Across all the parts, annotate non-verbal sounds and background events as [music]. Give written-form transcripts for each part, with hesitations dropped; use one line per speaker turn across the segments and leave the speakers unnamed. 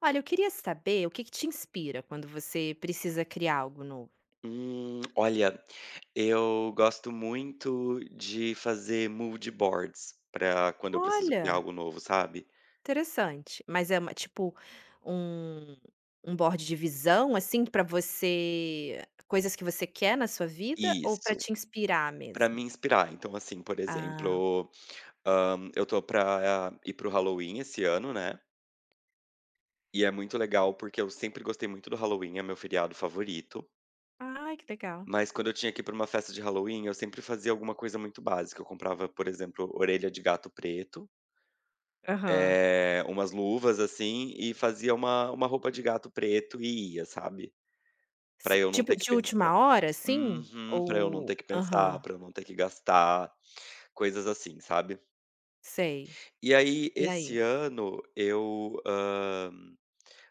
Olha, eu queria saber o que que te inspira quando você precisa criar algo novo.
Hum, olha, eu gosto muito de fazer mood boards para quando eu preciso criar
Olha,
algo novo, sabe?
interessante. Mas é uma, tipo um, um board de visão, assim, para você, coisas que você quer na sua vida ou para
Isso,
te inspirar
pra
mesmo?
me inspirar. Então, assim, por
Ah,
exemplo, eu tô pra ir para o Halloween esse ano, né? E é muito legal porque eu sempre gostei muito do Halloween, é meu feriado favorito.
ai, que legal.
Mas quando eu tinha que ir pra uma festa de Halloween, eu sempre fazia alguma coisa muito básica. Eu comprava, por exemplo, orelha de gato preto.
Aham.
Umas luvas, assim, e fazia uma roupa de gato preto e ia, sabe, pra eu não
Tipo
ter que
de
pensar,
última hora, assim?
uhum, pra eu não
Ou.
ter que pensar,
Aham,
pra eu não ter que gastar, coisas assim, sabe.
sei.
E aí,
E
esse
aí?
ano eu,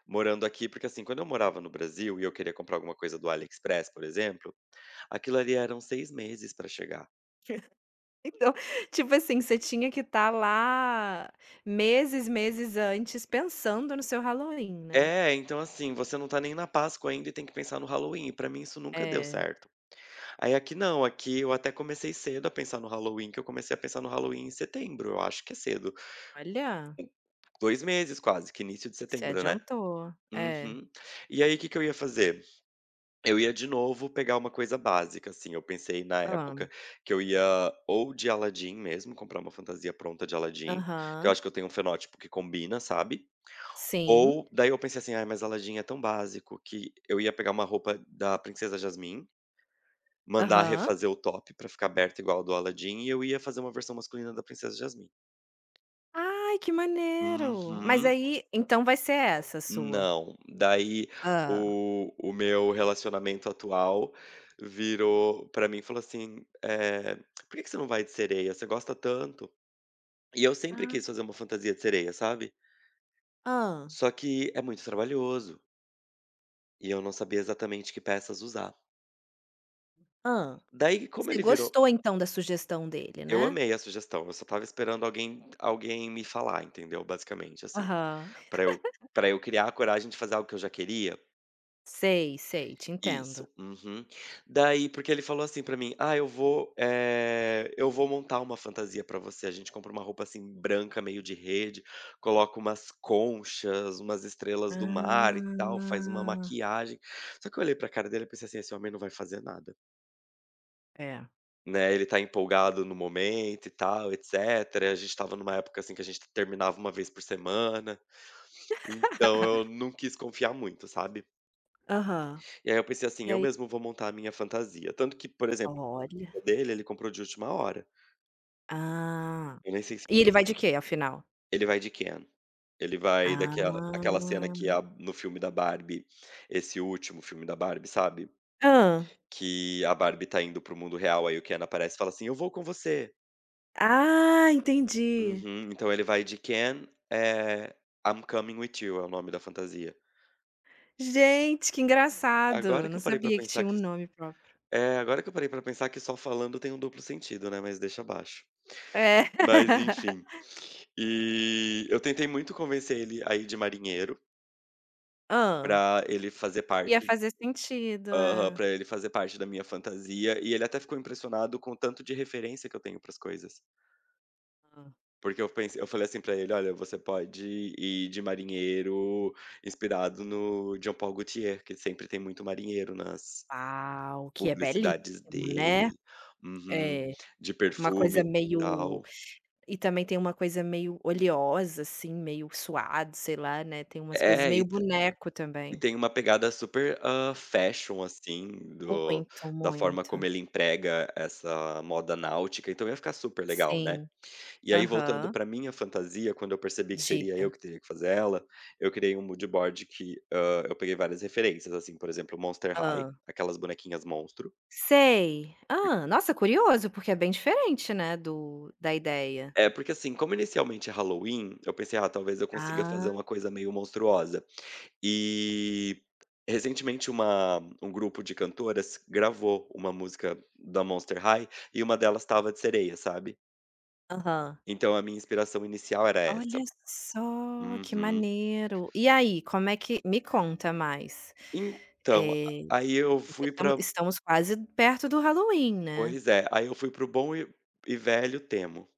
morando aqui porque, assim, quando eu morava no Brasil e eu queria comprar alguma coisa do AliExpress, por exemplo, aquilo ali eram 6 meses pra chegar.
Então, tipo assim, você tinha que estar lá meses, meses antes pensando no seu Halloween, né.
É, então, assim, você não tá nem na Páscoa ainda e tem que pensar no Halloween, e pra mim isso nunca deu
É,
certo. Aí aqui não, aqui eu até comecei cedo a pensar no Halloween, que eu comecei a pensar no Halloween em setembro, eu acho que é cedo.
olha,
Dois meses quase, que início de
se
setembro, né.
adiantou. É,
Uhum. E aí o que que eu ia fazer? Eu ia de novo pegar uma coisa básica, assim, eu pensei na
amo.
época que eu ia ou de Aladdin mesmo, comprar uma fantasia pronta de Aladdin, que eu
Aham.
acho que eu tenho um fenótipo que combina, sabe.
Sim,
Ou daí eu pensei assim: "Ah, mas Aladdin é tão básico", que eu ia pegar uma roupa da Princesa Jasmine. Mandar
aham.
refazer o top pra ficar aberto igual ao do Aladdin e eu ia fazer uma versão masculina da Princesa Jasmine.
Ai, que maneiro. Mas
Uhum.
aí, então vai ser essa sua?
Não, daí
Ah,
o meu relacionamento atual virou pra mim e falou assim, "Por que que você não vai de sereia? Você gosta tanto". E eu sempre
ah,
quis fazer uma fantasia de sereia, sabe.
ah.
Só que é muito trabalhoso e eu não sabia exatamente que peças usar.
Hã.
Daí como
Você
ele virou,
gostou então da sugestão dele,
eu
né?
amei a sugestão, eu só estava esperando alguém me falar, entendeu, basicamente assim.
Aham.
Pra eu pra eu criar a coragem de fazer algo que eu já queria?
Sei, sei, te entendo.
Isso. Uhum. Daí porque ele falou assim pra mim: "Ah, eu vou, eu vou montar uma fantasia pra você, a gente compra uma roupa, assim, branca meio de rede, coloca umas conchas, umas estrelas do mar e tal, faz uma
Ah,
maquiagem". Só que eu olhei pra cara dele e pensei assim: "Esse homem não vai fazer nada",
é.
né, ele tá empolgado no momento e tal, etcétera. A gente estava numa época, assim, que a gente terminava uma vez por semana, então eu
[laughs]
não quis confiar muito, sabe.
Aham.
E aí eu pensei assim:
E
"Eu
aí
mesmo vou montar a minha fantasia". Tanto que, por exemplo,
olha.
a dele, ele comprou de última hora.
Ah.
Eu nem sei se
E ele vai de quê, afinal?
ele vai de Ken, ele vai daquela aquela cena que
Ah.
a no filme da Barbie, esse último filme da Barbie, sabe,
Hã.
que a Barbie tá indo para o mundo real, aí o Ken aparece e fala assim: "Eu vou com você".
Ah, entendi.
Uhum. Então ele vai de Ken, I'm coming with you é o nome da fantasia.
Gente, que engraçado,
Agora que
não
eu parei pra
sabia que
pensar
tinha um
que
nome próprio.
é, agora que eu parei pra pensar que só falando tem um duplo sentido, né, mas deixa abaixo.
É.
Mas
[laughs]
enfim. E eu tentei muito convencer ele a ir de marinheiro
Hã.
pra ele fazer
Ia
parte,
fazer sentido,
aham,
é.
pra ele fazer parte da minha fantasia, e ele até ficou impressionado com o tanto de referência que eu tenho para as coisas. Porque eu pensei, eu falei assim pra ele: "Olha, você pode ir de marinheiro inspirado no Jean Paul Gaultier, que sempre tem muito marinheiro nas
Uau, que é
publicidades
belíssimo, né.
dele", uhum,
É,
de
uma
perfume
coisa
e
meio
tal.
e também tem uma coisa meio oleosa, assim, meio suado, sei lá, né, tem umas coisas
É,
meio
e
boneco
E
também.
tem uma pegada super, fashion, assim, do
Muito,
da forma como
muito.
ele emprega essa moda náutica, então ia ficar super legal, né.
Sim.
E aí voltando
Aham.
para minha fantasia, quando eu percebi que seria eu
Diga.
que teria que fazer ela, eu criei um mood board que, eu peguei várias referências, assim, por exemplo, Monster High,
Hã.
aquelas bonequinhas monstro.
Sei. Ah, Nossa, curioso, porque é bem diferente, né, do da ideia.
É, porque assim, como inicialmente é Halloween, eu pensei: "Ah, talvez eu consiga fazer
Ah.
uma coisa meio monstruosa". E recentemente uma um grupo de cantoras gravou uma música da Monster High e uma delas estava de sereia, sabe.
Aham.
Então a minha inspiração inicial era
Olha
essa.
só, que
Uhum.
maneiro. E aí, como é que me conta mais.
Então,
Eh,
aí eu
porque
fui
estamos
pra,
estamos quase perto do Halloween, né.
pois é, aí eu fui para o bom e velho Temu,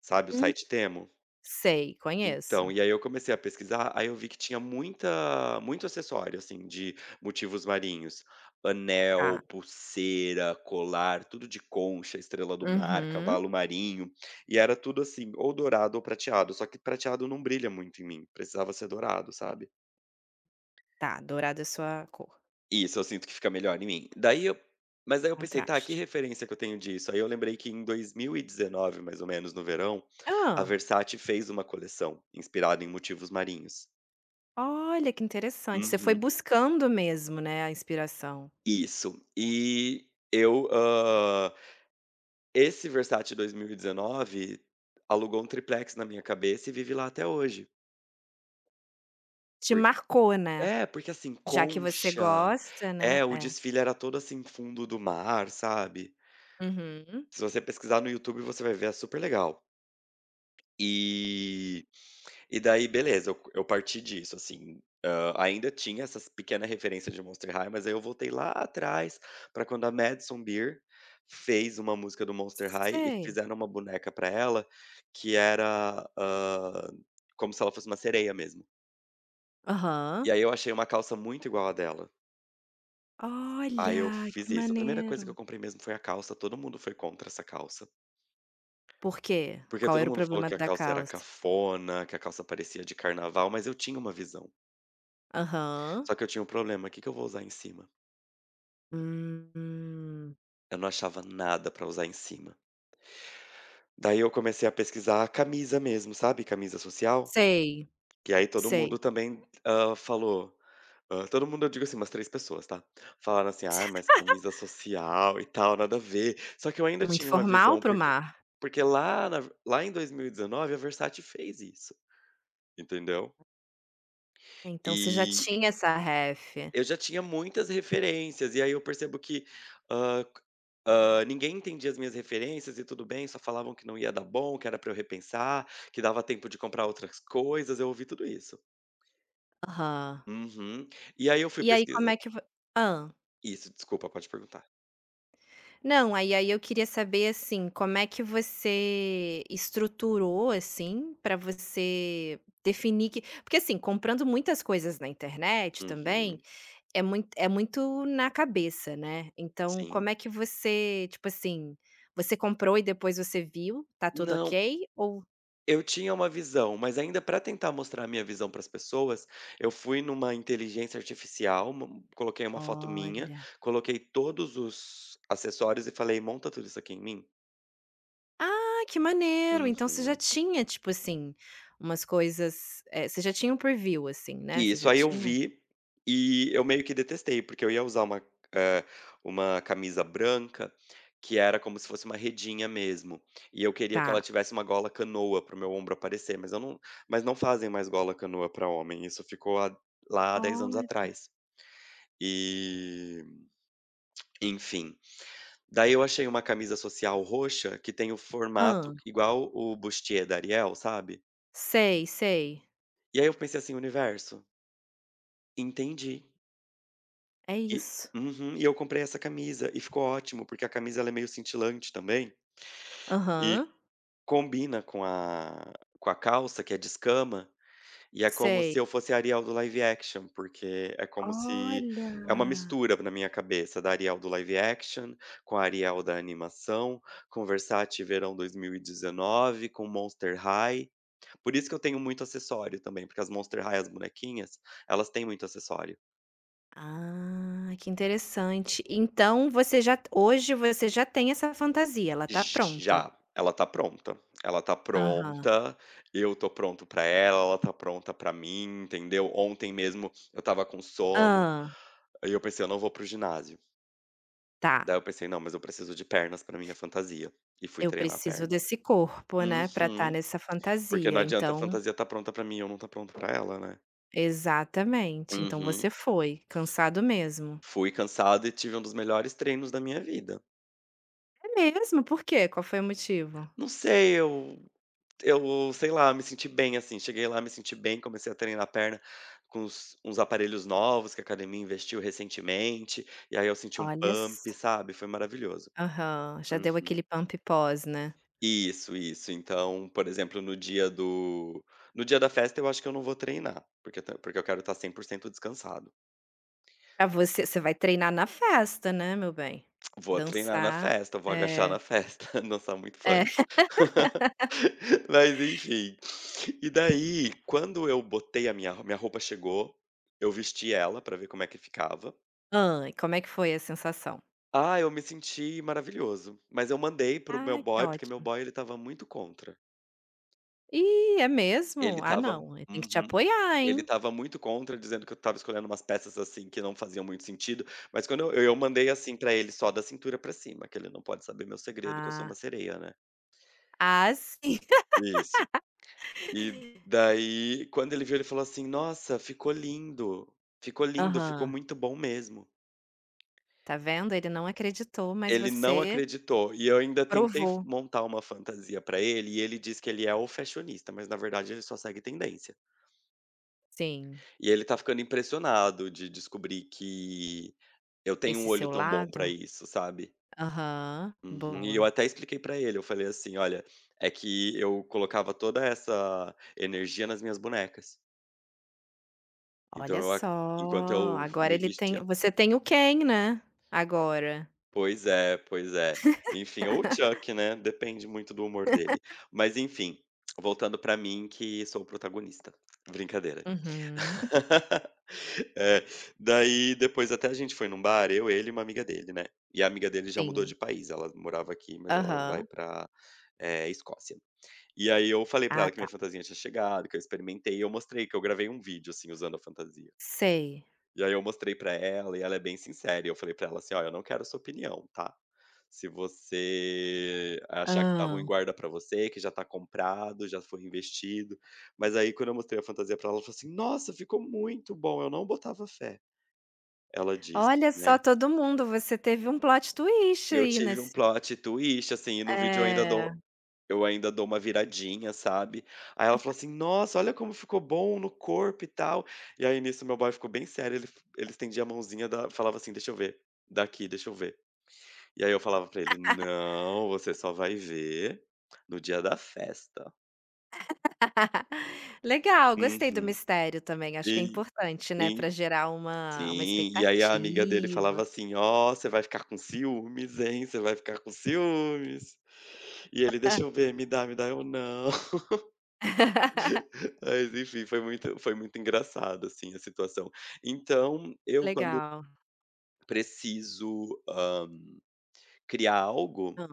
sabe o
Hum.
site Temu?
Sei, conheço.
Então, e aí eu comecei a pesquisar, aí eu vi que tinha muita muito acessório, assim, de motivos marinhos. Anel,
Tá.
pulseira, colar, tudo de concha, estrela do mar,
Uhum.
cavalo marinho, e era tudo assim, ou dourado ou prateado, só que prateado não brilha muito em mim, precisava ser dourado, sabe.
Tá, dourado é sua cor,
Isso, eu sinto que fica melhor em mim. Daí eu Mas
é
aí eu pensei: "Tá, que
contraste.
referência que eu tenho disso?" Aí eu lembrei que em 2019, mais ou menos, no verão, a
Hã.
Versace fez uma coleção inspirada em motivos marinhos.
Olha, que interessante. Você foi
Uhum.
buscando mesmo, né, a inspiração.
Isso. E eu, esse Versace 2019 alugou um triplex na minha cabeça e vive lá até hoje.
Te
Por
marcou, né,
É, porque assim,
já que você
concha,
gosta, né.
é, o
É.
desfile era todo, assim, fundo do mar, sabe.
Uhum.
Se você pesquisar no YouTube, você vai ver, é super legal. E e daí beleza, eu parti disso, assim, ainda tinha essas pequena referência de Monster High, mas aí eu voltei lá atrás para quando a Madison Beer fez uma música do Monster High e
Sei.
fizeram uma boneca para ela que era, como se ela fosse uma sereia mesmo.
Aham.
E aí eu achei uma calça muito igual à dela, aí eu
Olha, que
fiz isso. A primeira coisa
maneiro.
que eu comprei mesmo foi a calça, todo mundo foi contra essa calça,
Por quê?
porque
Qual
todo
era o
mundo falou
problema
que a
da
calça era
calça?
cafona, que a calça parecia de carnaval, mas eu tinha uma visão.
Aham.
Só que eu tinha um problema, o que que eu vou usar em cima?
Hum.
Eu não achava nada pra usar em cima. Daí eu comecei a pesquisar a camisa mesmo, sabe, camisa social?
Sei,
Que aí todo
sei.
mundo também, falou, todo mundo eu digo assim, umas 3 pessoas, tá. Falaram assim: "Ah,
[laughs]
mas camisa social e tal, nada a ver". Só que eu ainda
Muito
tinha uma
formal
visão,
para o
porque
mar?
porque lá na lá em 2019 a Versace fez isso, entendeu?
Então você já
E
tinha essa ref.
Eu já tinha muitas referências, e aí eu percebo que, hã, c ninguém entendia as minhas referências e tudo bem, só falavam que não ia dar bom, que era pra eu repensar, que dava tempo de comprar outras coisas, eu ouvi tudo isso.
Aham.
Uhum. E aí eu fui
E aí como
pesquisa
é que vo hã?
isso, desculpa, pode perguntar.
Não, aí eu queria saber, assim, como é que você estruturou, assim, para você definir que porque, assim, comprando muitas coisas na internet também,
Uhum,
é muito na cabeça, né. Então, como
sim.
é que você, tipo assim, você comprou e depois você viu, tá tudo
Não,
ok? Ou
eu tinha uma visão, mas ainda para tentar mostrar a minha visão para as pessoas, eu fui numa inteligência artificial, mo coloquei uma foto minha,
olha.
coloquei todos os acessórios e falei: "Monta tudo isso aqui em mim".
Ah, que maneiro! Então você já
Uhum.
tinha, tipo assim, umas coisas, você já tinha um preview, assim, né, você
Isso,
já
aí eu
tinha?
vi e eu meio que detestei, porque eu ia usar uma, eh, uma camisa branca que era como se fosse uma redinha mesmo, e eu queria que ela
Tá.
tivesse uma gola canoa para o meu ombro aparecer, mas eu não mas não fazem mais gola canoa para homem, isso ficou há 10 anos
Olha.
atrás. E, Enfim, daí eu achei uma camisa social roxa que tem o formato
Hã.
igual o bustier da Ariel, sabe?
Sei, sei.
E aí eu pensei assim: "Universo, entendi".
É
E
isso.
uhum, e eu comprei essa camisa e ficou ótimo, porque a camisa ela é meio cintilante também, e
Aham,
combina com a calça que é de escama, e é como
sei.
se eu fosse a Ariel do live action, porque é como se
Olha!
é uma mistura na minha cabeça da Ariel do live action, com a Ariel da animação, com Versace verão 2019, com Monster High. Por isso que eu tenho muito acessório também, porque as Monster High, as bonequinhas, elas têm muito acessório.
Ah, que interessante. Então você já hoje você já tem essa fantasia, ela tá pronta?
Já, ela tá pronta. Ela tá
Aham.
pronta, eu tô pronto pra ela, ela tá pronta pra mim, entendeu. Ontem mesmo eu estava com sono,
Hã,
aí eu pensei: "Eu não vou para o ginásio".
tá.
Daí eu pensei: "Não, mas eu preciso de pernas pra minha fantasia", e fui
Eu
treinar a
preciso
perna.
desse corpo, né, pra estar
Uhum.
nessa
Porque não
fantasia,
adianta a
então
fantasia tá pronta pra mim eu não tá pronto pra ela, né.
exatamente. Então você
Uhum.
foi, cansado mesmo.
Fui cansado e tive um dos melhores treinos da minha vida.
É mesmo? Por quê? Qual foi o motivo?
Não sei, eu, sei lá, me senti bem, assim, cheguei lá, me senti bem, comecei a treinar a perna com uns aparelhos novos que a academia investiu recentemente, e aí eu senti um
Olha
pump,
só.
sabe, foi maravilhoso.
Aham, já deu
Uhum.
aquele pump pós, né?
Isso, isso. Então, por exemplo, no dia da festa, eu acho que eu não vou treinar, porque eu ta porque eu quero estar 100% descansado.
Pra você vai treinar na festa, né, meu bem.
Vou treinar na
Dançar
festa, vou agachar
é,
na festa, [laughs] dançar muito
é.
funk.
[laughs]
[laughs] Mas enfim. E daí, quando eu botei a minha roupa chegou, eu vesti ela pra ver como é que ficava.
Hã, e como é que foi a sensação?
Ah, eu me senti maravilhoso, mas eu mandei para o meu
Ai, que
boy, porque meu
ótimo.
boy ele estava muito contra.
Ih, é
Ele
mesmo? Ah,
estava
não, ele tem que te
Uhum.
apoiar,
Ele
hein.
estava muito contra, dizendo que eu estava escolhendo umas peças, assim, que não faziam muito sentido, mas quando eu mandei, assim, pra ele só da cintura pra cima, que ele não pode saber meu segredo que eu sou uma
Ah,
sereia, né.
ah, sim. [laughs]
Isso. E daí, quando ele viu, ele falou assim: "Nossa, ficou lindo, ficou lindo, ficou
Aham.
muito bom mesmo".
Tá vendo, ele não acreditou, mas
Ele não
você
acreditou e eu ainda tentei
provou.
montar uma fantasia pra ele e ele diz que ele é o fashionista, mas na verdade ele só segue tendência.
Sim,
E ele tá ficando impressionado de descobrir que eu tenho um
esse
olho
seu
tão bom pra
lado
isso, sabe.
aham,
Uhum. E eu
boa.
até expliquei pra ele, eu falei assim: "Olha, é que eu colocava toda essa energia nas minhas bonecas, então
Olha
eu a enquanto
só,
eu
agora
me
ele tem
vestia."
você tem o quem, né, agora.
Pois é, pois é. Enfim, ou o Chuck, né, depende muito do humor dele. Mas enfim, voltando pra mim que sou o protagonista. Brincadeira.
Uhum,
[laughs] É, daí depois até a gente foi num bar, eu, ele e uma amiga dele, né. E a amiga dele já mudou
sim.
de país, ela morava aqui, mas ela vai
Aham.
pra, Escócia. E aí eu falei pra
Ah,
ela que
tá.
minha fantasia tinha chegado, que eu experimentei, e eu mostrei que eu gravei um vídeo, assim, usando a fantasia.
Sei.
E aí eu mostrei pra ela e ela é bem sincera, e eu falei pra ela assim: "Olha, eu não quero a sua opinião, tá? Se você achar que tá ruim,
Hã.
guarda pra você, que já tá comprado, já foi investido". Mas aí quando eu mostrei a fantasia pra ela, ela falou assim: "Nossa, ficou muito bom, eu não botava fé", ela disse,
Olha só,
né.
todo mundo, você teve um plot twist
Eu
aí
tive um
nesse
plot twist, assim, e no vídeo eu ainda
é.
dou Eu ainda dou uma viradinha, sabe. Aí ela falou assim: "Nossa, olha como ficou bom no corpo e tal". E aí nisso meu boy ficou bem sério, ele estendia a mãozinha da falava assim: "Deixa eu ver, daqui, deixa eu ver". E aí eu falava pra ele: "Não, você só vai ver no dia da festa".
[laughs] Legal, gostei do
Uhum.
mistério também, acho que é
E
importante, né,
e
para gerar uma
sim, e aí a amiga dele falava
expectativa.
assim: "Ó, você vai ficar com ciúmes, hein, você vai ficar com ciúmes". E ele: "Deixa eu ver, me dá, me dá". Eu: "Não".
[laughs]
Mas enfim, foi muito engraçado, assim, a situação. Então, eu quando
Legal.
preciso, criar algo,
Hã.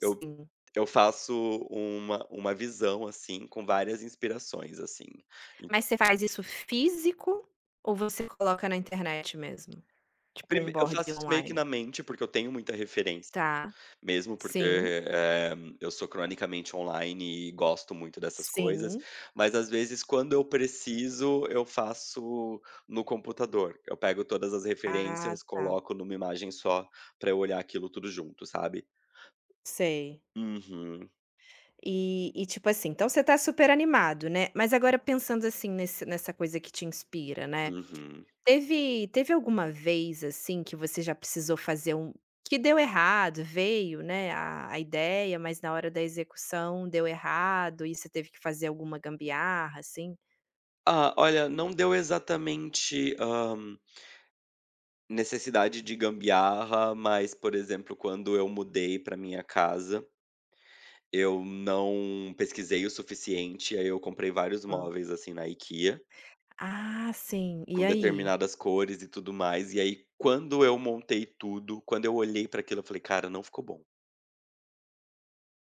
eu eu faço uma visão, assim, com várias inspirações, assim. E
Mas você faz isso físico ou você coloca na internet mesmo? Tipo um
prime Eu
board
faço isso meio que
online?
na mente, porque eu tenho muita referência.
Tá.
Mesmo porque,
Sim,
eu sou cronicamente online e gosto muito dessas coisas,
sim.
mas às vezes quando eu preciso, eu faço no computador. Eu pego todas as
Ah,
referências,
tá.
coloco numa imagem só para eu olhar aquilo tudo junto, sabe.
Sei.
Uhum,
E tipo assim, então você tá super animado, né. Mas agora pensando assim nesse nessa coisa que te inspira, né,
uhum.
teve alguma vez, assim, que você já precisou fazer um que deu errado, veio, né, a ideia, mas na hora da execução deu errado e você teve que fazer alguma gambiarra, assim?
Ah, olha, não deu exatamente, necessidade de gambiarra, mas, por exemplo, quando eu mudei para minha casa. Eu não pesquisei o suficiente, aí eu comprei vários
Hã.
móveis, assim, na IKEA,
Ah, sim. E
com
aí?
determinadas cores e tudo mais, e aí quando eu montei tudo, quando eu olhei pra aquilo eu falei: "Cara, não ficou bom".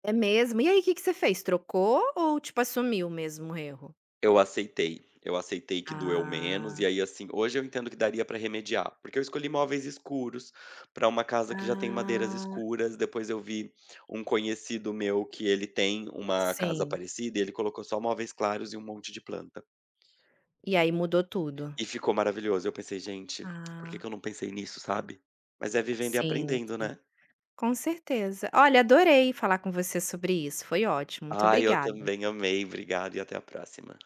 É mesmo? E aí o que que você fez? Trocou ou, tipo, assumiu mesmo o erro?
Eu aceitei que doeu menos,
Ah.
e aí, assim, hoje eu entendo que daria pra remediar, porque eu escolhi móveis escuros pra uma casa que já tem madeiras
Ah,
escuras, depois eu vi um conhecido meu que ele tem uma casa
sim.
parecida e ele colocou só móveis claros e um monte de planta.
E aí mudou tudo.
E ficou maravilhoso. Eu pensei: "Gente, por que
Ah.
que eu não pensei nisso", sabe. Mas é vivendo e
Sim,
aprendendo,
sim.
né.
Com certeza. Olha, adorei falar com você sobre isso, foi ótimo. Muito
Ai, eu
obrigada.
também amei. Obrigado e até a próxima.